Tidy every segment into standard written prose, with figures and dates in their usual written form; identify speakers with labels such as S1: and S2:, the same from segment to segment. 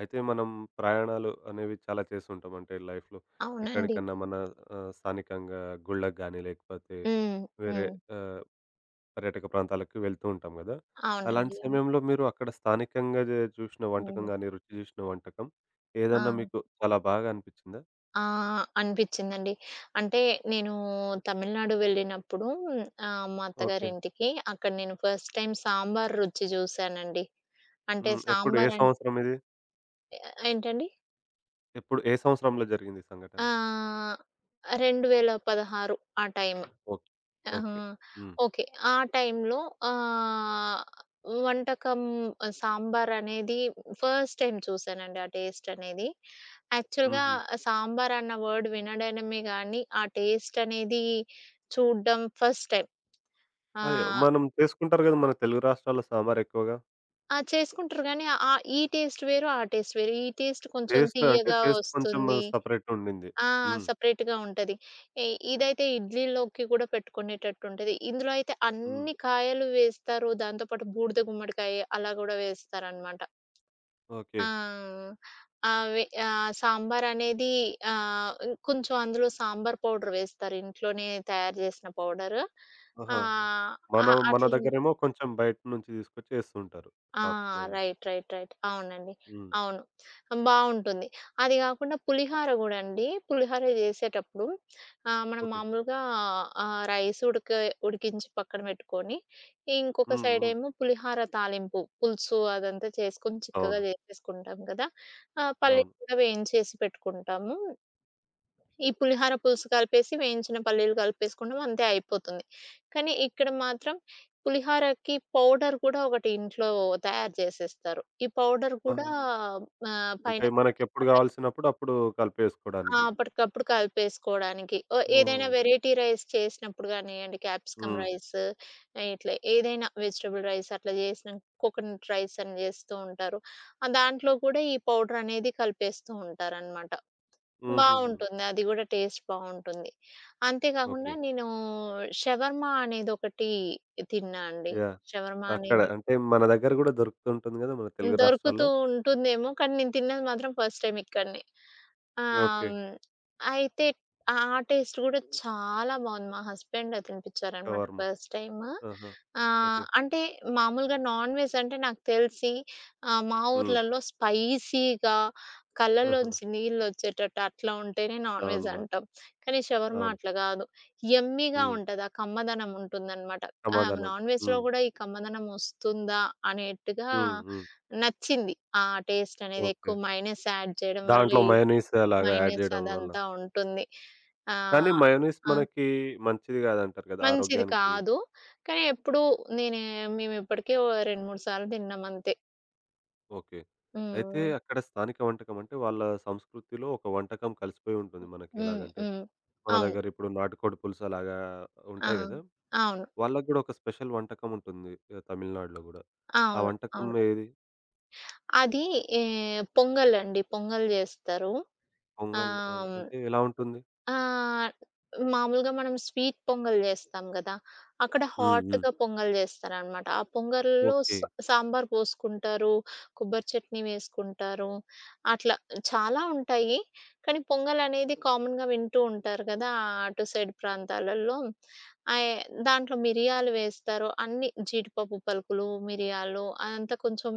S1: అయితే మనం ప్రయాణాలు అనేవి చాలా చేస్తుంటాం. అంటే లైఫ్‌లో
S2: అవునండి.
S1: ఎక్కడికన్నా మన స్థానికంగా గుళ్ళకి గాని, లేకపోతే
S2: హ్మ్.
S1: వేరే
S2: హ్మ్.
S1: ఆహ్, పర్యాటక ప్రాంతాలకు వెళ్తూ ఉంటాం గదా! అలాంటి
S2: అవునండి. అవును.
S1: సమయంలో మీరు అక్కడ స్థానికంగా చూసిన వంటకం
S2: హ్మ్.
S1: గాని, రుచి చూసిన వంటకం
S2: ఆ!
S1: ఏదన్నా మీకు చాలా బాగా అనిపిచ్చిందా?
S2: ఆ! అనిపిచ్చిందండి. అంటే నేను తమిళనాడు వెళ్ళినప్పుడు మా
S1: ఓకే.
S2: అత్తగారింటికి అక్కడ నేను ఫస్ట్ టైమ్ సాంబార్ రుచి చూసానండి. అంటే
S1: హ్మ్. ఎప్పుడు? ఏ
S2: సాంబార్ అంటే
S1: సంవత్సరం ఇది?
S2: ఏంటండి?
S1: ఎప్పుడు? ఏ సంవత్సరంలో జరిగింది ఈ సంఘటన?
S2: ఆహ్, 2016 ఆ టైమ్.
S1: ఓకే.
S2: ఆహా!
S1: ఓకే. హ్మ్.
S2: ఓకే. ఆ టైమ్‌లో ఆహ్, వంటకం ఆ, సాంబార్ అనేది ఫస్ట్ టైమ్ చూసానండి. ఆ టేస్ట్ అనేది. యాక్చువల్‌గా
S1: హుహు.
S2: సాంబార్ అన్న వర్డ్ వినడమే గానీ, ఆ టేస్ట్ అనేది చూడ్డం ఫస్ట్ టైం.
S1: అయ్యో!
S2: ఆహ్,
S1: మనం చేసుకుంటారు గదా! మన తెలుగు రాష్ట్రాల్లో సాంబారెక్కువగా.
S2: ఆ! చేసుకుంటారు గానీ, ఈ టేస్ట్ వేరు, ఆ టేస్ట్ వేరు. ఈ టేస్ట్ కొంచెం
S1: టేస్ట్ అంటే
S2: తియ్యగా
S1: టేస్ట్ కొంచెం
S2: వస్తుంది.
S1: సెపరేట్ ఉండింది.
S2: ఆ!
S1: హ్మ్.
S2: సెపరేట్‌గా ఉంటది. ఇ ఇదైతే ఇడ్లీలోకి కూడా పెట్టుకునేటట్టుంటది. ఇందులో అయితే
S1: హ్మ్.
S2: అన్ని కాయలు వేస్తారు. దాంతో పాటు బూడిద గుమ్మడికాయ అలా గూడా వేస్తారనమాట.
S1: ఓకే.
S2: ఆ! ఆహ్, వె సాంబారనేది ఆహ్, కొంచెం అందులో సాంబార్ పౌడర్ వేస్తారు. ఇంట్లోనే తయారు చేసిన పౌడరు.
S1: ఆహాహా!
S2: ఆహ్, ఆ!
S1: మన మన
S2: అట్లా
S1: దగ్గరేమో కొంచెం బయట నుంచి తీసుకొచ్చి ఏస్తుంటారు
S2: ఆ!
S1: షాప్స్‌లో నుంచి.
S2: రైట్. రైట్. రైట్. అవునండి.
S1: హ్మ్.
S2: అవును. బావుంటుంది. అది గాకుండా పులిహార గూడా అండి. పులిహార జేసేటప్పుడు మనం
S1: ఓకే.
S2: మామూలుగా రైస్ ఉడక ఉడికించి పక్కన బెట్టుకొని, ఇంకొక
S1: హ్మ్. హ్మ్.
S2: సైడేమో పులిహార తాలింపు, పులుసు అదంతా చేసుకొని చిక్కగా
S1: అవును.
S2: జేసేసుకుంటాం గదా!
S1: అవును.
S2: పల్లీలు కూడా వేయించేసి పెట్టుకుంటాము. ఈ పులిహార పులుసు కలిపేసి, వేయించిన పల్లీలు కలిపేసుకుంటాం అంతే అయిపోతుంది. కానీ ఇక్కడ మాత్రం పులిహారకి పౌడర్ కూడా ఒకటి ఇంట్లో తయారు చేసేస్తారు. ఈ పౌడర్ కూడా
S1: ఆహా!
S2: పైన
S1: అంటే మనకెప్పుడు
S2: కలిపేస్తారు. లైక్
S1: కావాల్సినప్పుడు అప్పుడు
S2: ఆ!
S1: కలిపేసుకోవడానికి.
S2: అప్పటికప్పుడు కలిపేసుకోవడానికి. ఓ ఏదైనా
S1: ఓహ్!
S2: వెరైటీ రైస్ చేసినప్పుడు గానియండి, క్యాప్సికమ్
S1: హ్మ్.
S2: రైస్ ఇట్లా ఏదైనా వెజిటబుల్ రైస్ అట్లా చేసినా కోకోనట్ రైస్ అని చేస్తూ ఉంటారు. దాంట్లో కూడా ఈ పౌడర్ అనేది కలిపేస్తూ ఉంటారనమాట.
S1: హుహుహు.
S2: బావుంటుంది. అది గూడా టేస్ట్ బావుంటుంది. అంతే కాకుండా
S1: ఓకే.
S2: నేను షవర్మా అనేదొకటి తిన్నా అండి.
S1: యాహ్!
S2: షవర్మా
S1: అక్కడ
S2: అనేది
S1: అంటే మన దగ్గర కూడా దొరుకుతుంటుంది కదా! మన తెలుగు
S2: దొరుకుతూ
S1: రాష్ట్రాల్లో.
S2: ఉంటుందేమో. కానీ నేను తిన్నది మాత్రం ఫస్ట్ టైమ్ ఇక్కడనే. ఆహ్,
S1: ఓకే.
S2: హ్మ్. అయితే ఆ టేస్ట్ గూడా చాలా బావుంది. మా హస్బెండ్ తినిపిచ్చారనమాట
S1: షవర్మ.
S2: First time.
S1: ఆహా! ఓకే.
S2: అంటే మామూలుగా నాన్ వెజ్ అంటే నాకు తెలిసి మా
S1: హ్మ్.
S2: ఊర్లలో స్పైసీగా కళ్ళలోంచి నీళ్ళొచ్చేటట్టు అట్లా ఉంటేనే నాన్
S1: అవును
S2: వెజ్
S1: మరి.
S2: అంటాం. కానీ షవర్మా
S1: అవును.
S2: అట్లా గాదు. యమ్మీగా
S1: హ్మ్.
S2: ఉంటది. ఆ కమ్మదనం ఉంటుందనమాట.
S1: సమాధానం.
S2: నాన్ వెజ్‌లో
S1: హ్మ్.
S2: గూడా ఈ కమ్మదనం ఒస్తుందా అనేట్టుగా
S1: హ్మ్. హ్మ్.
S2: నచ్చింది. ఆ టేస్ట్ అనేది
S1: ఓకే.
S2: ఎక్కువ మయోనైస్ యాడ్ చేయడం వల్ల
S1: దాంట్లో
S2: ఈ
S1: మయోనైస్ అలాగా యాడ్
S2: మయోనైస్
S1: జేయడం వల్ల.
S2: అదంతా ఉంటుంది.
S1: కానీ
S2: ఆహ్,
S1: మయోనైస్
S2: ఆ!
S1: మనకి మంచిది గాదంటారు గదా!
S2: మంచిది
S1: ఆరోగ్యానికి.
S2: కాదు. కానీ ఎప్పుడు నేనే మేమిప్పటికే ఓ 2, 3 సార్లు తిన్నాం అంతే.
S1: ఓకే. అయితే
S2: హ్మ్.
S1: అక్కడ స్థానిక వంటకం అంటే వాళ్ళ సంస్కృతిలో ఒక వంటకం కలిసిపోయి ఉంటుంది మనకి.
S2: హ్మ్.
S1: ఎలాగంటే
S2: హ్మ్.
S1: మన
S2: అవును.
S1: దగ్గర ఇప్పుడు నాటుకోడి పులుసు అలాగా
S2: ఆ!
S1: ఉంటాయి గదా!
S2: అవును.
S1: వాళ్ళకి గూడా ఒక స్పెషల్ వంటకం ఉంటుంది. తమిళనాడులో గూడా. ఆ
S2: అవును. అవును.
S1: వంటకం ఏది?
S2: అది ఏ పొంగలండి. పొంగల్ జేస్తారు.
S1: పొంగల్
S2: ఆహ్ హ్మ్.
S1: అంటే ఎలా ఉంటుంది?
S2: ఆ! మామూలుగా మనం స్వీట్ పొంగల్ జేస్తాం గదా! అక్కడ
S1: హ్మ్. హ్మ్.
S2: హాట్‌గా పొంగల్ జేస్తారనమాట. ఆ పొంగల్‌లో
S1: ఓకే.
S2: సాంబార్ పోసుకుంటారు, కొబ్బరి చట్నీ వేసుకుంటారు. అట్లా చాలా ఉంటాయి. కానీ పొంగల్ అనేది కామన్‌గా వింటూ ఉంటారు గదా! అటు సైడ్ ప్రాంతాలలో. ఆహ్, దాంట్లో మిరియాలు వేస్తారు. అన్ని జీడిపప్పు పలుకులు, మిరియాలు అదంతా కొంచెం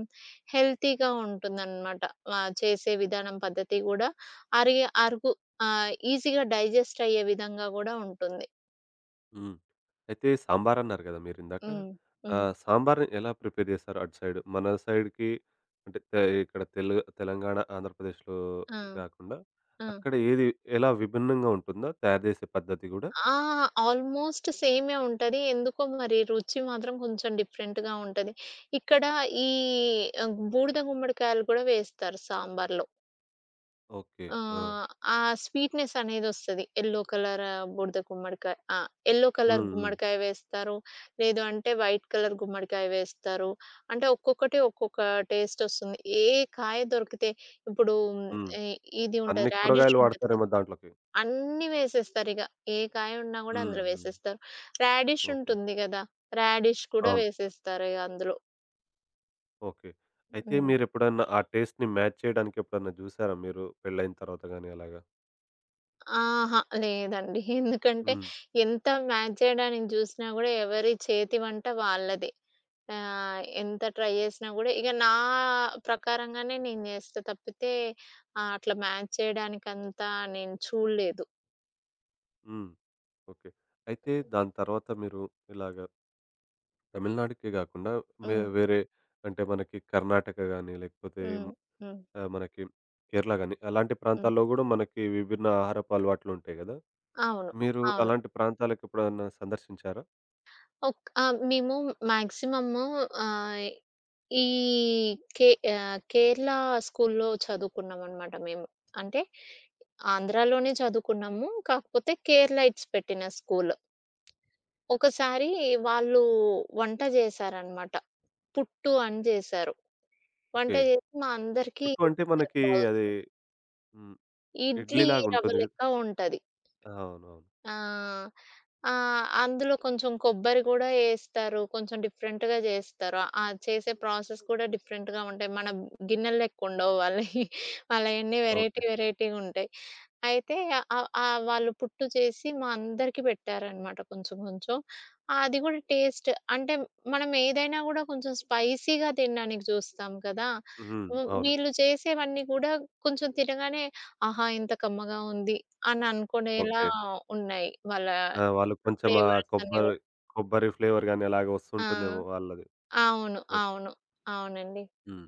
S2: హెల్తీగా ఉంటుందనమాట. చేసే విధానం పద్ధతి గూడా. అరిగే అరుగు ఆ! ఈజీగా డైజెస్ట్ అయ్యే విధంగా గూడా ఉంటుంది.
S1: హ్మ్. అయితే సాంబారన్నారు గదా మీరిందాక.
S2: హ్మ్. హ్మ్.
S1: సాంబార్‌ని ఎలా ప్రిపేర్ జేస్తారు అటు సైడ్? మన సైడ్‌కి అంటే ఇక్కడ తెలంగాణ, ఆంధ్రప్రదేశ్‌లో
S2: ఆ!
S1: గాకుండా
S2: ఆ!
S1: అక్కడ ఏది ఎలా విభిన్నంగా ఉంటుందా? తయారు జేసే పద్ధతి గూడా?
S2: ఆ! ఆల్‌మోస్ట్ సేమే ఉంటది. ఎందుకో మరి రుచి మాత్రం కొంచెం డిఫరెంట్‌గా ఉంటది. ఇక్కడ ఈ బూడిద గుమ్మడికాయలు కూడా వేస్తారు సాంబార్‌లో.
S1: ఓకే. ఆ!
S2: ఆహ్, ఆ స్వీట్‌నెస్ అనేదొస్తది. యెల్లో కలర్ బూడిద గుమ్మడికాయ ఆ! యెల్లో కలర్
S1: హ్మ్. హ్మ్.
S2: గుమ్మడికాయ వేస్తారు. లేదు అంటే వైట్ కలర్ గుమ్మడికాయ వేస్తారు. అంటే ఒక్కొక్కటి ఒక్కొక్క టేస్టొస్తుంది. ఏ కాయ దొరికితే ఇప్పుడు
S1: హ్మ్.
S2: ఇ ఇది ఉంటది.
S1: అన్ని
S2: రాడిష్
S1: కూరగాయలు
S2: ఉంటది కదా!
S1: వాడతారేమో దాంట్లోకి.
S2: అన్నీ వేసేస్తారిగ. ఏ కాయ ఉన్నా గూడా
S1: హ్మ్.
S2: అందులో
S1: హ్మ్.
S2: వేసేస్తారు. Radish
S1: okay.
S2: ఉంటుంది గదా! రాడిష్ కూడా
S1: అవును.
S2: వేసేస్తారిగ అందులో.
S1: ఓకే. అయితే
S2: హ్మ్.
S1: మీరెప్పుడన్నా ఆ టేస్ట్‌ని మ్యాచ్ చేయడానికి ఎప్పుడన్నా జూసారా మీరు పెళ్ళైన తర్వాత గాని అలాగా?
S2: ఆహా! లేదండి. ఎందుకంటే
S1: హ్మ్.
S2: ఎంత మ్యాచ్ చేయడానికి జూసినా గూడా ఎవరి చేతి వంట వాళ్ళదే. ఎంత ట్రై జేసినా గూడా ఇగ నా ప్రకారంగానే నేను జేస్తా తప్పితే అట్లా మ్యాచ్ చేయడానికంతా నేను చూడలేదు.
S1: హ్మ్. ఓకే. అయితే దాని తర్వాత మీరు ఇలాగ తమిళనాడుకే గాకుండా
S2: హ్మ్.
S1: వేరే అంటే మనకి కర్ణాటక గాని, లేకపోతే
S2: హ్మ్. హ్మ్.
S1: మనకి కేరళ గాని, అలాంటి
S2: హ్మ్.
S1: ప్రాంతాల్లో గూడా మనకి విభిన్న ఆహారపు అలవాట్లుంటాయి గదా!
S2: అవును.
S1: మీరు
S2: అవును.
S1: అలాంటి ప్రాంతాలకెప్పుడన్నా సందర్శించారా?
S2: మేము మాక్సిమము ఆహ్ ఈ కే కేరళ స్కూల్‌లో చదువుకున్నామనమాట మేము. అంటే ఆంధ్రాలోనే చదువుకున్నాము. కాకపోతే కేరళైట్స్ పెట్టిన స్కూల్. ఒకసారి వాళ్ళు వంట జేశారనమాట. పుట్టు అని జేశారు. వంట
S1: ఓకే.
S2: జేసి మా అందరికీ
S1: పుట్టు అంటే
S2: ఇచ్చారు
S1: మనకి అది
S2: బౌల్స్‌లో.
S1: హ్మ్. ఇడ్లీ
S2: ఇడ్లీ రవ్వ
S1: లాగుంటుంది గదా!
S2: లెక్క ఉంటది.
S1: అవునవును.
S2: ఆ! ఆ! అందులో కొంచెం కొబ్బరి గూడా యేస్తారు. కొంచెం డిఫరెంట్‌గా జేస్తారు. ఆ చేసే ప్రాసెస్ కూడా డిఫరెంట్‌గా ఉంటాయి. మన గిన్నెలు లెక్కుండవు వాళ్ళయి. వాళ్ళయన్నీ
S1: ఓకే.
S2: వెరైటీ వెరైటీగుంటాయి. అయితే ఆహ్, ఆహ్, వాళ్ళు పుట్టు చేసి మా అందరికీ పెట్టారనమాట కొంచెం కొంచెం. అది గూడా టేస్ట్ అంటే మనం ఏదైనా గూడా కొంచెం స్పైసీగా తినడానికి చూస్తాం కదా!
S1: హ్మ్.
S2: హ్మ్.
S1: అవును.
S2: వీళ్ళు చేసేవన్నీ కూడా కొంచెం తినగానే ఆహా! ఇంత కమ్మగా ఉంది అని అనుకునేలా
S1: ఓకే.
S2: ఉన్నాయి. వాళ్ళ
S1: ఆ! వాళ్ళు కొంచెం ఆ
S2: ఫ్లేవర్స్ అన్నీ
S1: కొబ్బరి
S2: గూడా.
S1: కొబ్బరి ఫ్లేవర్ గాని అలాగ
S2: ఆ!
S1: వస్తుంటుందేమో వాళ్ళది.
S2: అవును.
S1: ఓకే.
S2: అవును. అవునండి.
S1: హ్మ్.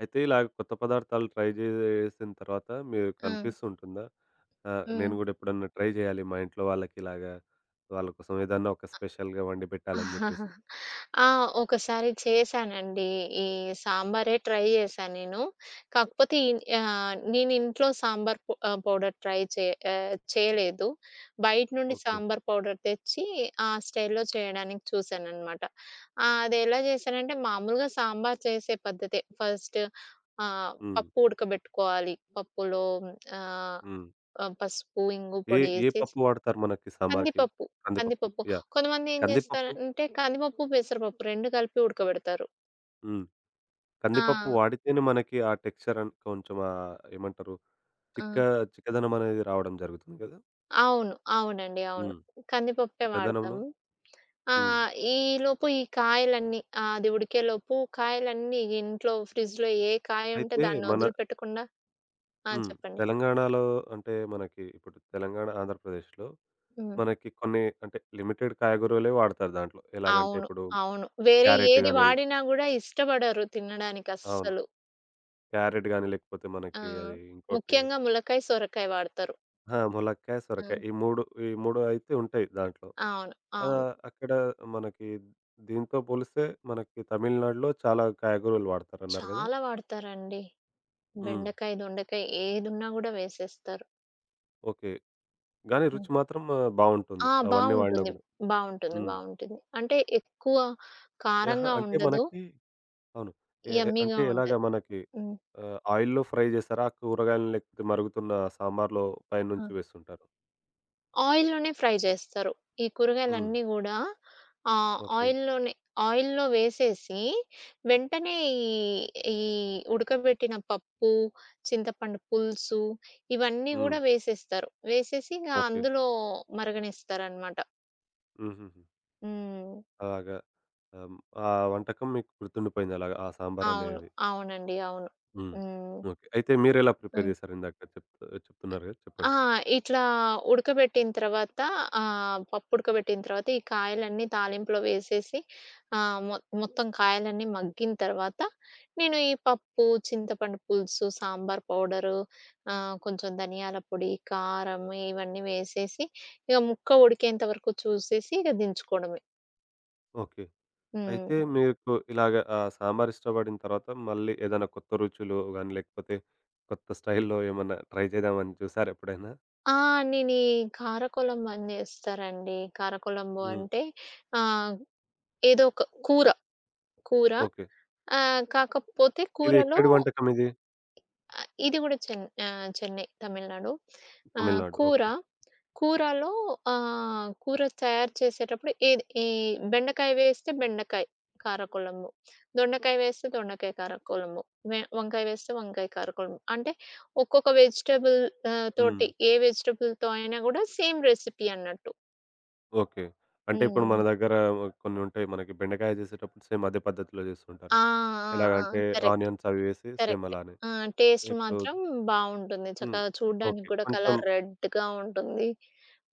S1: అయితే ఇలాగ కొత్త పదార్థాలు ట్రై జేసిన తర్వాత మీకు
S2: ఆ!
S1: అనిపిస్తుంటుందా?
S2: హ్మ్.
S1: నేను గూడా ఎప్పుడన్నా ట్రై జేయాలి మా ఇంట్లో వాళ్ళకి ఇలాగా వాళ్ళ కోసం ఏదన్నా ఒక స్పెషల్‌గా వండి పెట్టాలని జెప్పేసి.
S2: ఆ! ఒకసారి చేశానండి. ఈ సాంబారే ట్రై చేశా నేను. కాకపోతే నేను ఇంట్లో పౌడర్ ట్రై చే చేయలేదు. బయట నుండి
S1: ఓకే.
S2: సాంబార్ పౌడర్ తెచ్చి ఆ స్టైల్‌లో చేయడానికి చూశాననమాట. అదెలా చేశానంటే మామూలుగా సాంబార్ చేసే పద్ధతే. ఫస్ట్
S1: హ్మ్.
S2: పప్పు ఉడకబెట్టుకోవాలి. పప్పులో ఆహ్,
S1: హ్మ్.
S2: ఆహ్, పసుపు, ఇంగు
S1: ఏ
S2: పొడి
S1: ఏ
S2: ఏసి
S1: పప్పు వాడతారు మనకి సాంబార్‌కి?
S2: కందిపప్పు.
S1: కందిపప్పు.
S2: కందిపప్పు.
S1: యాహ్!
S2: కొంతమంది ఏం
S1: కందిపప్పు
S2: జేస్తారంటే కందిపప్పు, పెసరపప్పు 2 కలిపి ఉడకబెడతారు.
S1: హ్మ్. కందిపప్పు
S2: ఆ!
S1: వాడితేనే మనకి ఆ టెక్స్చర్ కొంచెం ఏమంటారు చిక్క
S2: ఆ!
S1: చిక్కదనం అనేది రావడం జరుగుతుంది గదా!
S2: అవును. అవునండి. అవును.
S1: హ్మ్.
S2: కందిపప్పే
S1: చిక్కదనంను
S2: వాడతాము. ఆ!
S1: హ్మ్.
S2: ఈలోపు ఈ కాయలన్నీ అది ఉడికేలోపు కాయలన్నీ ఇంట్లో ఫ్రిడ్జ్‌లో ఏ కాయుంటే
S1: అయితే
S2: దాన్ని
S1: మన
S2: వదిలిపెట్టకుండా ఆ!
S1: హ్మ్.
S2: చెప్పండి.
S1: తెలంగాణలో అంటే మనకి ఇప్పుడు తెలంగాణ, ఆంధ్రప్రదేశ్‌లో
S2: హ్మ్.
S1: మనకి కొన్ని అంటే లిమిటెడ్ కాయగూరలే వాడతారు దాంట్లో. ఎలాగంటే
S2: అవును.
S1: ఇప్పుడు
S2: అవును. వేరే
S1: క్యారెట్
S2: ఏది
S1: గాని
S2: వాడినా గూడా ఇష్టపడరు
S1: అవును.
S2: తినడానికస్సలు.
S1: క్యారెట్ గాని లేకపోతే
S2: ఆ!
S1: మనకి అది ఇంకోటి
S2: ముఖ్యంగా ములక్కాయ, సొరకాయ వాడతారు.
S1: ఆ! ములక్కాయ,
S2: ఆ!
S1: సొరకాయ ఈ 3 అయితే ఉంటాయి దాంట్లో.
S2: అవును. అవును.
S1: అక్కడ మనకి దీంతో పోలిస్తే మనకి తమిళనాడులో చాలా కాయగూరలు వాడతారన్నారు గదా!
S2: చాలా వాడతారండి.
S1: హ్మ్.
S2: బెండకాయ, దొండకాయ ఏదున్నా గూడా వేసేస్తారు.
S1: ఓకే. గానీ
S2: హ్మ్.
S1: రుచి మాత్రం బావుంటుంది.
S2: ఆ!
S1: అవన్నీ వాడినా
S2: బావుంటుంది.
S1: గూడా.
S2: బావుంటుంది.
S1: హ్మ్.
S2: బావుంటుంది. అంటే ఎక్కువ
S1: యాహ్!
S2: కారంగా
S1: అంటే
S2: ఉండదు.
S1: మనకి అవును. ఎ ఎ
S2: యమ్మీగా
S1: అంటే ఎలాగా
S2: ఉంటది.
S1: మనకి
S2: హ్మ్.
S1: ఆయిల్‌లో ఫ్రై జేస్తారా? కూరగాయలను లేకపోతే మరుగుతున్న సాంబార్‌లో
S2: ఆ!
S1: పైనుంచి వేస్తుంటారు.
S2: ఆయిల్‌లోనే ఫ్రై జేస్తారు. ఈ
S1: హ్మ్.
S2: కూరగాయలన్నీ గూడా
S1: ఓకే.
S2: ఆయిల్‌లోనే ఆయిల్‌లో వేసేసి వెంటనే ఈ, ఈ ఉడకబెట్టిన పప్పు, చింతపండు పులుసు ఇవన్నీ
S1: హ్మ్.
S2: గూడా వేసేస్తారు. వేసేసి ఇంగ
S1: ఓకే.
S2: అందులో మరగనిస్తారనమాట.
S1: హుహుహు.
S2: హ్మ్.
S1: అలాగా ఆహ్, ఆ వంటకం మీకు గుర్తుండిపోయింది అలాగా ఆ
S2: అవును.
S1: సాంబారనేది.
S2: అవునండి. అవును.
S1: హ్మ్.
S2: హ్మ్.
S1: ఓకే. అయితే మీరెలా ప్రిపేర్
S2: హ్మ్.
S1: జేశారు? ఇందాక చెప్తున్నారు గదా!
S2: ఆ!
S1: చెప్పండి.
S2: ఇట్లా ఉడకబెట్టిన తర్వాత పప్పు ఉడకబెట్టిన తర్వాత ఈ కాయలన్నీ తాలింపులో వేసేసి ఆహ్, మొ మొత్తం కాయలన్నీ మగ్గిన తర్వాత నేను ఈ పప్పు, చింతపండు పులుసు, సాంబార్ పౌడరు కొంచెం ధనియాల పొడి, కారం ఇవన్నీ వేసేసి ఇక ముక్క ఉడికేంత వరకు చూసేసి ఇక దించుకోవడమే.
S1: ఓకే.
S2: హ్మ్.
S1: అయితే మీకు ఇలాగ ఆ సాంబార్ ఇష్టపడిన తర్వాత మళ్ళీ ఏదైనా కొత్త రుచులు గాని, లేకపోతే కొత్త స్టైల్‌లో ఏమన్నా ట్రై చేద్దామని చూసారా ఎప్పుడైనా?
S2: ఆ! నేను ఈ కారకొలంబు అని చేస్తారండి. కారకొలంబు
S1: హ్మ్.
S2: అంటే ఆహ్ ఏదో ఒక కూర, కూర.
S1: ఓకే.
S2: కాకపోతే
S1: ఇది
S2: కూరలో
S1: ఎక్కడి వంటకం ఇది?
S2: ఇది గూడా చెన్ ఆహ్, చెన్నై, తమిళనాడు. ఆహ్,
S1: తమిళనాడు.
S2: కూర,
S1: ఓకే.
S2: కూరలో కూర తయారు చేసేటప్పుడు ఏది ఈ బెండకాయ వేస్తే బెండకాయ కారకొలంబు, దొండకాయ వేస్తే దొండకాయ కారకొలంబు, వంకాయ వేస్తే వంకాయ కారకొలంబు. అంటే ఒక్కొక్క వెజిటబుల్
S1: హ్మ్.
S2: తోటి ఏ వెజిటబుల్‌తో అయినా గూడా సేమ్ రెసిపీ అన్నట్టు.
S1: ఓకే. అంటే ఇప్పుడు
S2: హ్మ్.
S1: మన దగ్గర కొన్ని ఉంటాయి. మనకి బెండకాయ చేసేటప్పుడు సేమ్ అదే పద్ధతిలో చేస్తుంటారు.
S2: ఆ! ఆ! ఆ!
S1: ఎలాగంటే
S2: కరెక్ట్.
S1: ఆనియన్స్ అవి వేసి సేమ్
S2: కరెక్ట్.
S1: అలానే.
S2: ఆ! టేస్ట్
S1: ఇప్పుడు
S2: మాత్రం బావుంటుంది.
S1: హ్మ్.
S2: చక్కగా చూడ్డానికి
S1: ఓకే.
S2: గూడా
S1: కొంచెం
S2: కలర్ రెడ్‌గా ఉంటుంది.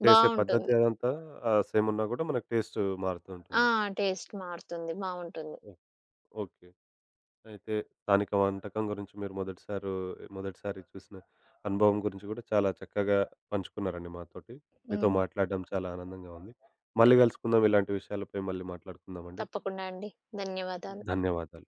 S1: చేసే పద్ధతి
S2: బావుంటుంది.
S1: అదంతా సేమ్ ఉన్నా కూడా మనకు టేస్ట్ మారుతూ
S2: ఆ!
S1: ఉంటుంది.
S2: టేస్ట్ మారుతుంది. బావుంటుంది.
S1: ఓహ్! ఓకే. అయితే స్థానిక వంటకం గురించి మీరు మొదటిసారి చూసిన అనుభవం గురించి కూడా చాలా చక్కగా పంచుకున్నారండి మాతోటి. మీతో
S2: హ్మ్.
S1: మాట్లాడడం చాలా ఆనందంగా ఉంది. మళ్ళీ కలుసుకుందాం. ఇలాంటి విషయాలపై మళ్ళీ మాట్లాడుకుందామండి.
S2: తప్పకుండా అండి. ధన్యవాదాలు.
S1: ధన్యవాదాలు.